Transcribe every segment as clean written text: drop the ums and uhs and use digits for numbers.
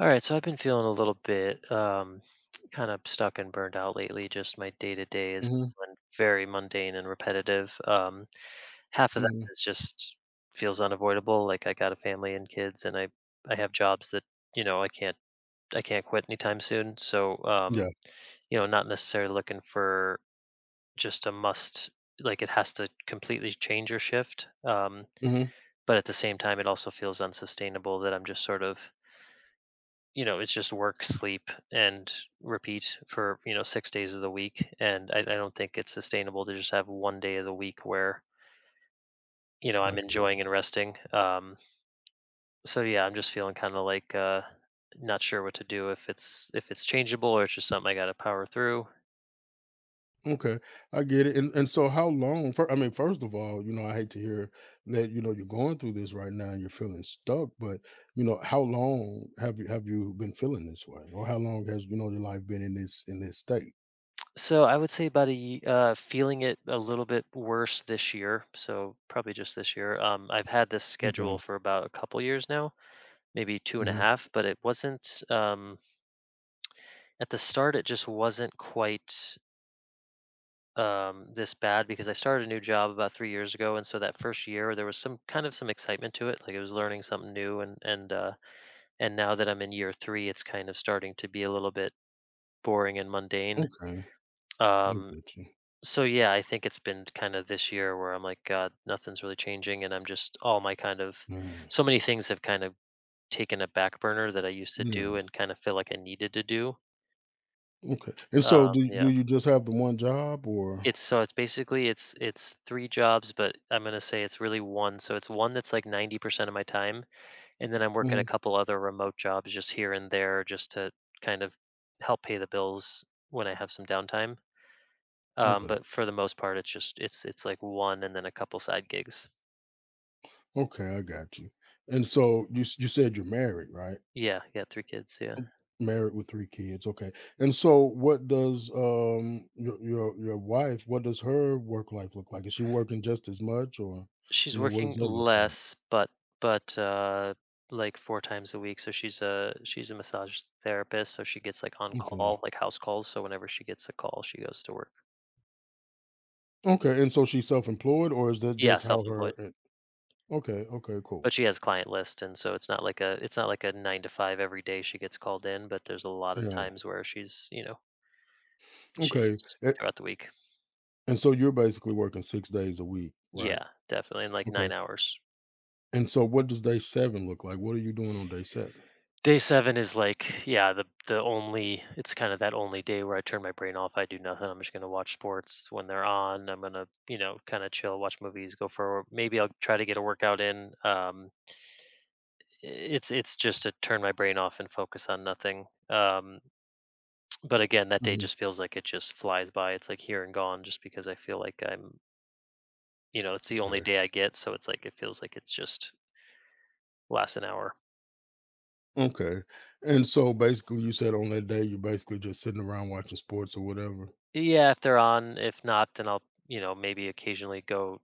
All right, so I've been feeling a little bit kind of stuck and burned out lately. Just my day to day is Mhm, feeling very mundane and repetitive. Half of that mhm. is just feels unavoidable. Like I got a family and kids, and I have jobs that you know I can't I can't quit anytime soon. So Yeah, not necessarily looking for just a must. Like it has to completely change or shift. Um, mhm. but at the same time, it also feels unsustainable that I'm just sort of it's just work, sleep, and repeat for, 6 days of the week, and I don't think it's sustainable to just have 1 day of the week where, I I'm get enjoying it. and resting, so, yeah, I'm just feeling kinda like, not sure what to do, if it's changeable or it's just something I gotta power through. Okay, I get it, and so how long fir I mean, first of all, I hate to hear that, you're going through this right now and you're feeling stuck, but, how long have you been feeling this way? Or how long has, your life been in this state? So, I would say about a ye feeling it a little bit worse this year, so probably just this year, I've had this schedule Okay, for about a couple years now, maybe two and a mhm, half, but it wasn't. At the start, it just wasn't quite this bad because I started a new job about 3 years ago, and so that first year there was some kind of some excitement to it, like I was learning something new, and now that I'm in year three, it's kind of starting to be a little bit boring and mundane. okay, I Um, get you. so yeah, I think it's been kind of this year where I'm like, God, nothing's really changing, and I'm just all my kind of Mm, so many things have kind of taken a back burner that I used to yeah, do and kind of feel like I needed to do. okay, and so do you do Yeah. you just have the one job or. It's so it's basically it's 3 jobs, but I'm gonna say it's really 1. So it's one that's like 90% of my time, and then I'm working a Mhm, couple other remote jobs just here and there just to kind of help pay the bills when I have some downtime. Um, okay, but for the most part, it's just it's like one and then a couple side gigs. okay, I got you, and so you said you're married, right? Yeah, yeah, 3 kids, yeah. Married with 3 kids, okay. And so your wife, what does her work life look like? Is she working just as much, or, She's what does working that look like? less, but but, uh, like, 4 times a week, so she's a massage therapist, so she gets, like, on call, Okay. like, house calls, so whenever she gets a call, she goes to work. Okay, and so she's self-employed, or is that Yeah, just how her? self-employed, Okay, okay, cool. but she has client list, and so it's not like a 9 to 5 every day she gets called in, but there's a lot of Yeah, times where she's, you know, okay. she's A throughout the week. and so you're basically working 6 days a week, right? Yeah, definitely in, like, Okay. 9 hours. And so what does day 7 look like? What are you doing on day 7? Day 7 is like, yeah, the only it's kind of that only day where I turn my brain off. I do nothing. I'm just gonna watch sports when they're on. I'm gonna, kind of chill, watch movies, maybe I'll try to get a workout in. It's just to turn my brain off and focus on nothing. But again, that day Mhm, just feels like it just flies by. It's like here and gone, just because I feel like it's the only okay. day I get. So it's like it feels like it's just lasts an hour. Okay. And so basically you said on that day, you're basically just sitting around watching sports or whatever? Yeah, if they're on. If not, then I'll, maybe occasionally go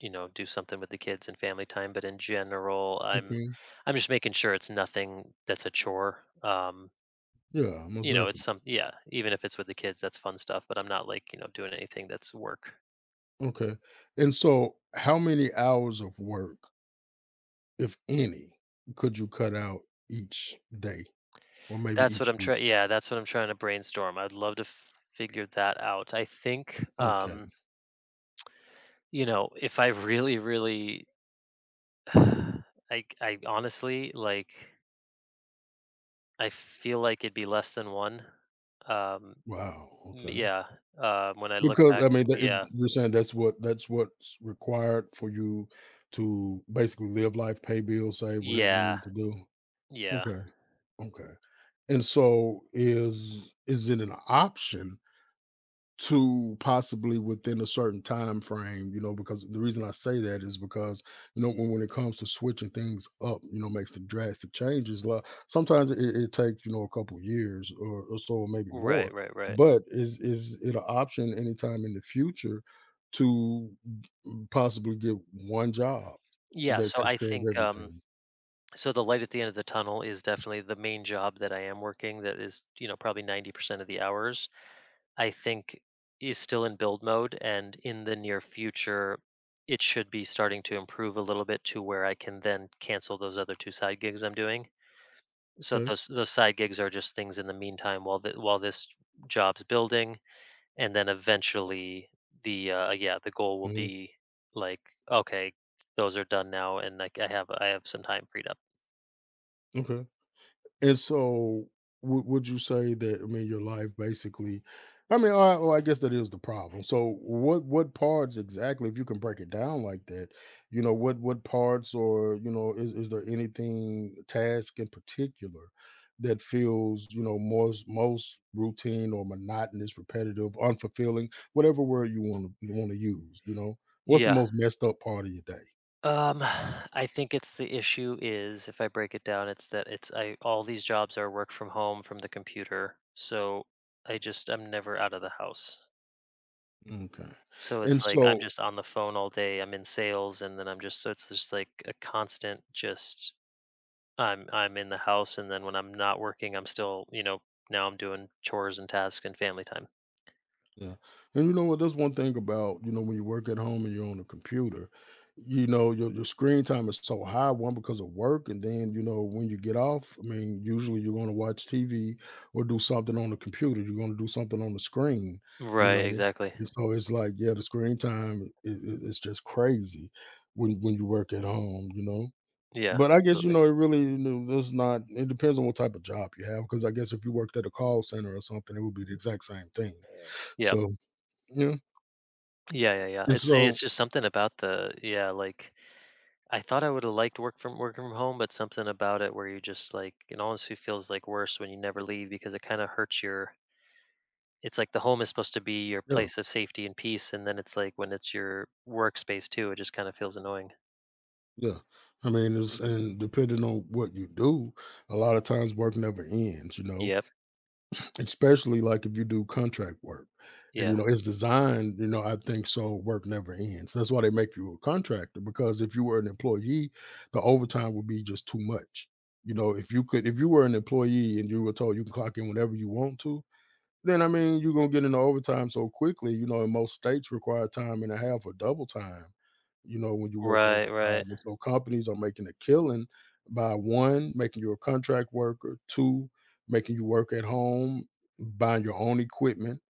you know, do something with the kids and family time, but in general, I'm Okay. I'm just making sure it's nothing that's a chore. Yeah, most You know, it's some definitely. yeah, even if it's with the kids, that's fun stuff, but I'm not like, doing anything that's work. Okay. And so, how many hours of work, if any, could you cut out each day or maybe That's each what I'm week? trying yeah, that's what I'm trying to brainstorm. I'd love to figure that out. I think, Okay. If I really really I honestly, like, I feel like it'd be less than 1. Um Wow. Okay. yeah, when I look Because back, I mean, yeah. you're saying that's what's required for you to basically live life, pay bills, save whatever you Yeah, need to do. yeah. Okay. Okay. And so, is it an option to possibly within a certain time frame, because the reason I say that is because when it comes to switching things up, makes the drastic changes, like sometimes it takes, a couple years, or so, or maybe more, Right, right, right. but is it an option anytime in the future to possibly get one job Yeah, that so takes I care of think, everything, so the light at the end of the tunnel is definitely the main job that I am working that is, probably 90% of the hours, I think, is still in build mode, and in the near future, it should be starting to improve a little bit to where I can then cancel those other 2 side gigs I'm doing. So okay. those side gigs are just things in the meantime while this job's building. And then eventually, the goal will Mhm. be, like, okay, those are done now, and, like, I have some time freed up. Okay. And so, would you say that? I mean, your life basically. I mean, all right, well, I guess that is the problem. So, what parts exactly, if you can break it down like that, what parts, or is there anything, task in particular, that feels, most routine or monotonous, repetitive, unfulfilling, whatever word you want to use, what's the Yeah. most messed up part of your day? um I think, it's the issue is, if I break it down, it's that it's I all these jobs are work from home from the computer. So I'm never out of the house, Okay, so and it's like I'm so, just on the phone all day, I'm in sales, and then I'm just so it's just like a constant just— I'm in the house, and then when I'm not working, I'm still, now I'm doing chores and tasks and family time. yeah. And you know what? That's one thing about, when you work at home and you're on a computer, your screen time is so high, one because of work. And then, when you get off, I mean, usually you're going to watch TV or do something on the computer. You're going to do something on the screen, you Right, know? exactly. And so it's like, yeah, the screen time is just crazy when you work at home, you know? Yeah, But I guess, absolutely. It really, that's not, it depends on what type of job you have. Because I guess if you worked at a call center or something, it would be the exact same thing. Yeah. So yeah, Yeah, yeah, yeah. and It's so just something about the, yeah, like, I thought I would have liked working from home, but something about it where you just like it honestly feels like worse when you never leave because it kind of hurts your it's like the home is supposed to be your yeah, place of safety and peace, and then it's like when it's your workspace too, it just kind of feels annoying. yeah. I mean, it's and depending on what you do, a lot of times work never ends, Yep. especially like if you do contract work. And Yeah. It's designed, I think, so work never ends. That's why they make you a contractor because if you were an employee, the overtime would be just too much. You know, if you could if you were an employee and you were told you can clock in whenever you want to, then I mean you're gonna get into overtime so quickly. In most states require time and a half or double time. When you work Right, overtime, right. and so companies are making a killing by, one, making you a contract worker, two, making you work at home, buying your own equipment,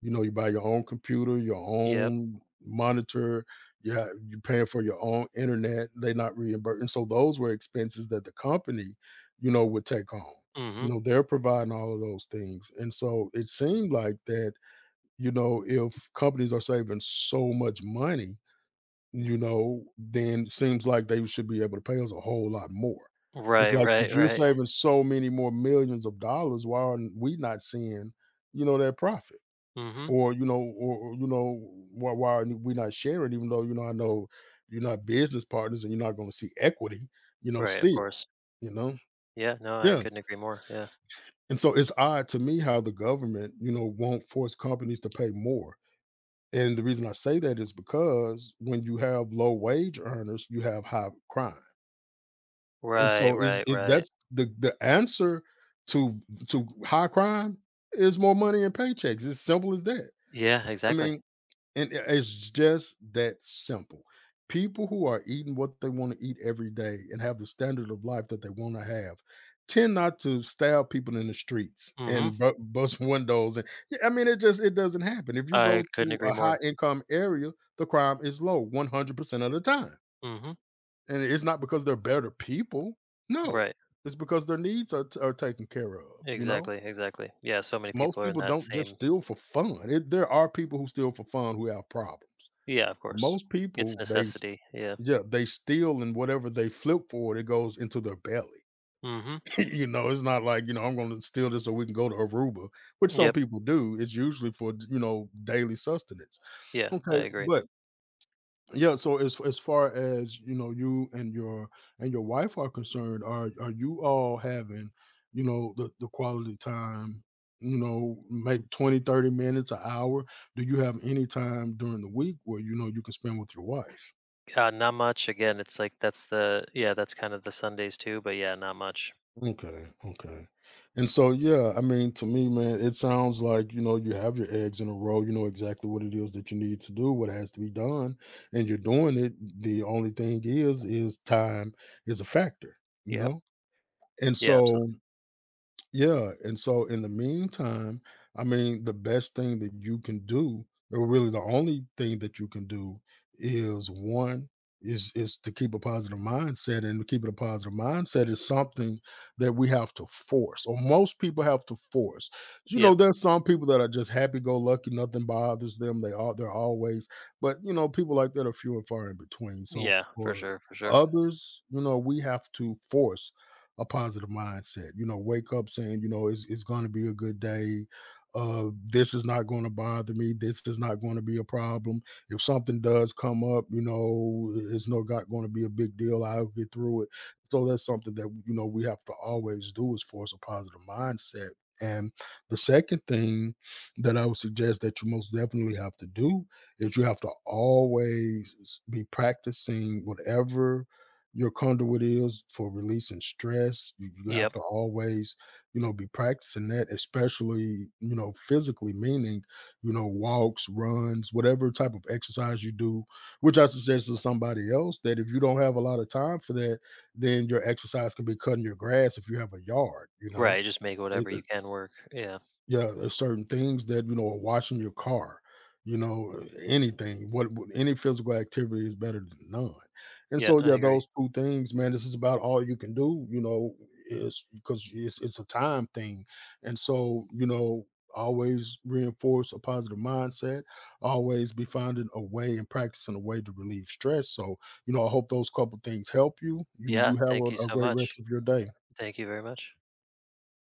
you buy your own computer, your Yep. own monitor. Yeah, you're paying for your own internet. They're not reimbursing. So those were expenses that the company, would take home. You Mhm. know, they're providing all of those things. And so it seemed like that, if companies are saving so much money, then it seems like they should be able to pay us a whole lot more. It's Right, like, right, since you're right. saving so many more millions of dollars, why are we not seeing, that profit? Mhm. Or, you know, why are we not sharing? Even though I know you're not business partners and you're not going to see equity, Right, of still, course. you know, Yeah, no, I yeah. couldn't agree more, yeah. And so it's odd to me how the government, won't force companies to pay more. And the reason I say that is because when you have low wage earners, you have high crime. And Right, so is right, it right. that's the answer to to high crime is more money and paychecks. It's simple as that. Yeah, I exactly. mean, and it's just that simple. People who are eating what they want to eat every day and have the standard of life that they want to have tend not to stab people in the streets Mhm. and bust windows. And yeah, I mean, it doesn't happen. If you I go couldn't to agree a more. high income area, the crime is low 100% of the time. Mhm. And it's not because they're better people. No, Right. it's because their needs are taken care of. You know, Exactly, exactly. Yeah, so many most people are in people that don't just same. steal for fun. There are people who steal for fun who have problems. Yeah, of But course. most It's a people, they s necessity, yeah. yeah, they steal, and whatever they flip for, it goes into their belly. Mhm. It's not like, I'm gonna steal this so we can go to Aruba, which some Yep, people do. It's usually for, daily sustenance. yeah, I Okay, agree. but yeah, so as far as, you and your wife are concerned, are you all having, the quality time, maybe 20, 30 minutes, an hour? Do you have any time during the week where, you can spend with your wife? Not much. Again, it's like that's the yeah, that's kind of the Sundays too, but yeah, not much. Okay, okay. And so, yeah, I mean, to me, man, it sounds like, you have your eggs in a row, you know exactly what it is that you need to do, what has to be done, and you're doing it. The only thing is time is a factor, you Yep. know? And Yeah, so absolutely. yeah, and so in the meantime, I mean, the best thing that you can do, or really the only thing that you can do, is one is to keep a positive mindset, and keeping a positive mindset is something that we have to force, or most people have to force. You Yep. know, there's some people that are just happy-go-lucky, nothing bothers them. They're always, but people like that are few and far in between. So Yeah, for for sure, for sure. others, we have to force a positive mindset. Wake up saying, it's going to be a good day. This is not going to bother me. This is not going to be a problem. If something does come up, it's not going to be a big deal. I'll get through it. So that's something that we have to always do is force a positive mindset. And the second thing that I would suggest that you most definitely have to do is you have to always be practicing whatever your conduit is for releasing stress. You have Yep. to always, be practicing that, especially, physically, meaning, walks, runs, whatever type of exercise you do, which I suggest to somebody else that if you don't have a lot of time for that, then your exercise can be cutting your grass if you have a yard. Right, just make It, whatever you can work, yeah. yeah, there's certain things that, are washing your car, anything, what any physical activity is better than none. And Yeah, so, I yeah, agree. those two things, man, this is about all you can do, is because it's a time thing. And so, always reinforce a positive mindset, always be finding a way and practicing a way to relieve stress. So, I hope those couple things help you. You, Yeah, you have thank you a so great much. rest of your day. Thank you very much.